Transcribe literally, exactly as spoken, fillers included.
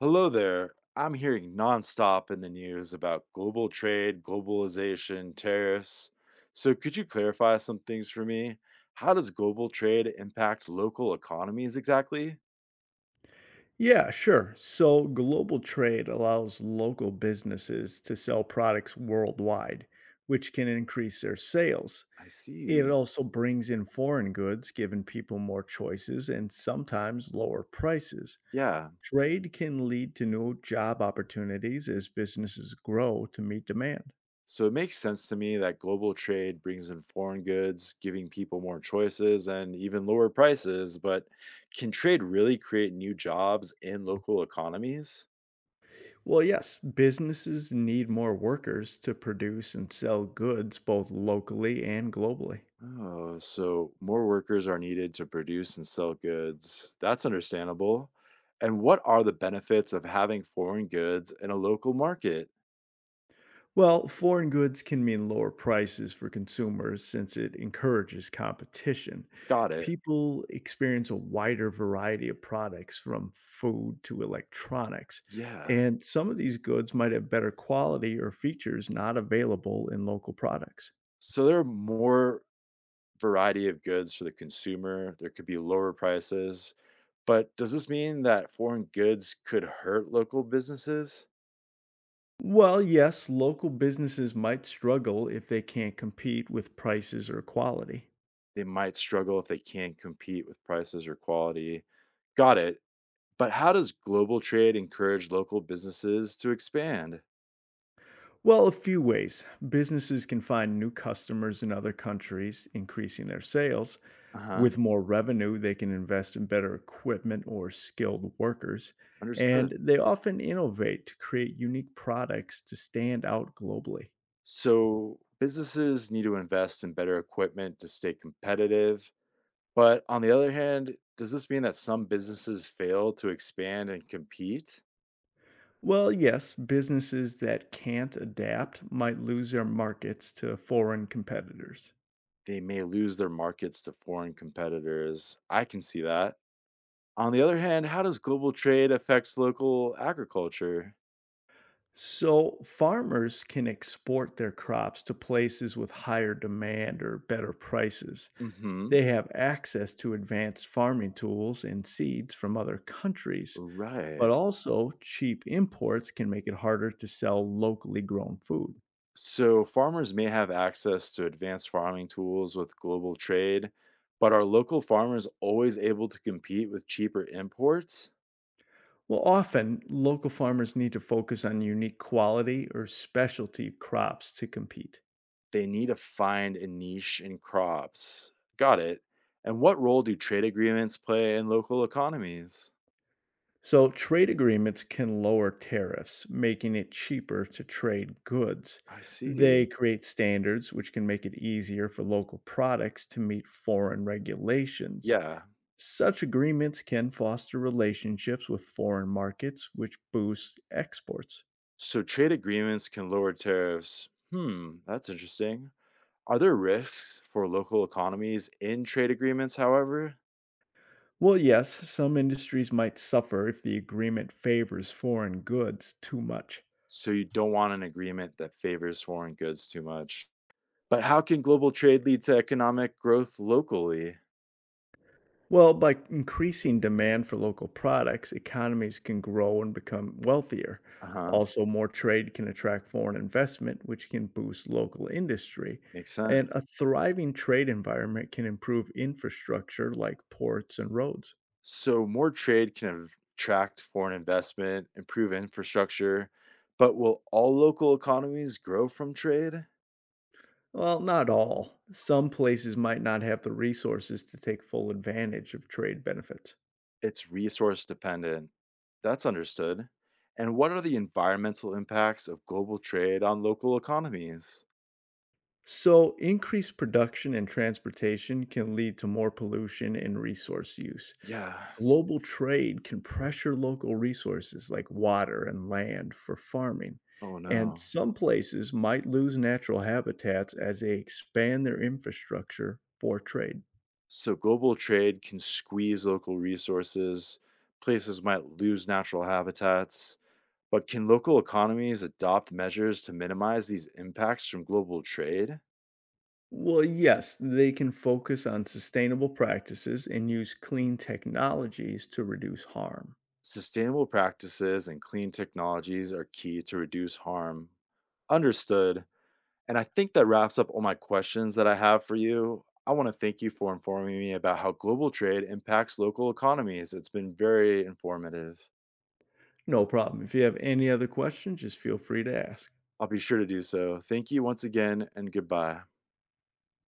Hello there. I'm hearing nonstop in the news about global trade, globalization, tariffs. So, could you clarify some things for me? How does global trade impact local economies exactly? Yeah, sure. So global trade allows local businesses to sell products worldwide, which can increase their sales. I It see. also brings in foreign goods, giving people more choices and sometimes lower prices. Yeah. Trade can lead to new job opportunities as businesses grow to meet demand. So, it makes sense to me that global trade brings in foreign goods, giving people more choices and even lower prices. But can trade really create new jobs in local economies? Well, yes, businesses need more workers to produce and sell goods both locally and globally. Oh, so more workers are needed to produce and sell goods. That's understandable. And what are the benefits of having foreign goods in a local market? Well, foreign goods can mean lower prices for consumers since it encourages competition. Got it. People experience a wider variety of products from food to electronics, Yeah. and some of these goods might have better quality or features not available in local products. So there are more variety of goods for the consumer. There could be lower prices. But does this mean that foreign goods could hurt local businesses? Well, yes, local businesses might struggle if they can't compete with prices or quality. They might struggle if they can't compete with prices or quality. Got it. But how does global trade encourage local businesses to expand? Well, a few ways. Businesses can find new customers in other countries, increasing their sales. Uh-huh. With more revenue, they can invest in better equipment or skilled workers, and Understood. they often innovate to create unique products to stand out globally. So businesses need to invest in better equipment to stay competitive. But on the other hand, does this mean that some businesses fail to expand and compete? Well, yes, businesses that can't adapt might lose their markets to foreign competitors. They may lose their markets to foreign competitors. I can see that. On the other hand, how does global trade affect local agriculture? So, farmers can export their crops to places with higher demand or better prices. Mhm. They have access to advanced farming tools and seeds from other countries, but Right. also, cheap imports can make it harder to sell locally grown food. So, farmers may have access to advanced farming tools with global trade, but are local farmers always able to compete with cheaper imports? Well, often, local farmers need to focus on unique quality or specialty crops to compete. They need to find a niche in crops. Got it. And what role do trade agreements play in local economies? So, trade agreements can lower tariffs, making it cheaper to trade goods. I They see. create standards which can make it easier for local products to meet foreign regulations. Yeah. Such agreements can foster relationships with foreign markets, which boosts exports. So, trade agreements can lower tariffs. Hmm, that's interesting. Are there risks for local economies in trade agreements, however? Well, yes, some industries might suffer if the agreement favors foreign goods too much. So you don't want an agreement that favors foreign goods too much. But how can global trade lead to economic growth locally? Well, by increasing demand for local products, economies can grow and become wealthier. Uh-huh. Also, more trade can attract foreign investment, which can boost local industry. Makes And a sense. thriving trade environment can improve infrastructure like ports and roads. So more trade can av- attract foreign investment, improve infrastructure, but will all local economies grow from trade? Well, not all. Some places might not have the resources to take full advantage of trade benefits. It's resource dependent. That's understood. And what are the environmental impacts of global trade on local economies? So, increased production and transportation can lead to more pollution and resource use. Yeah. Global trade can pressure local resources like water and land for farming. Oh And no. some places might lose natural habitats as they expand their infrastructure for trade. So global trade can squeeze local resources, places might lose natural habitats, but can local economies adopt measures to minimize these impacts from global trade? Well, yes, they can focus on sustainable practices and use clean technologies to reduce harm. Sustainable practices and clean technologies are key to reduce harm. Understood. And I think that wraps up all my questions that I have for you. I want to thank you for informing me about how global trade impacts local economies. It's been very informative. No problem. If you have any other questions, just feel free to ask. I'll be sure to do so. Thank you once again, and goodbye.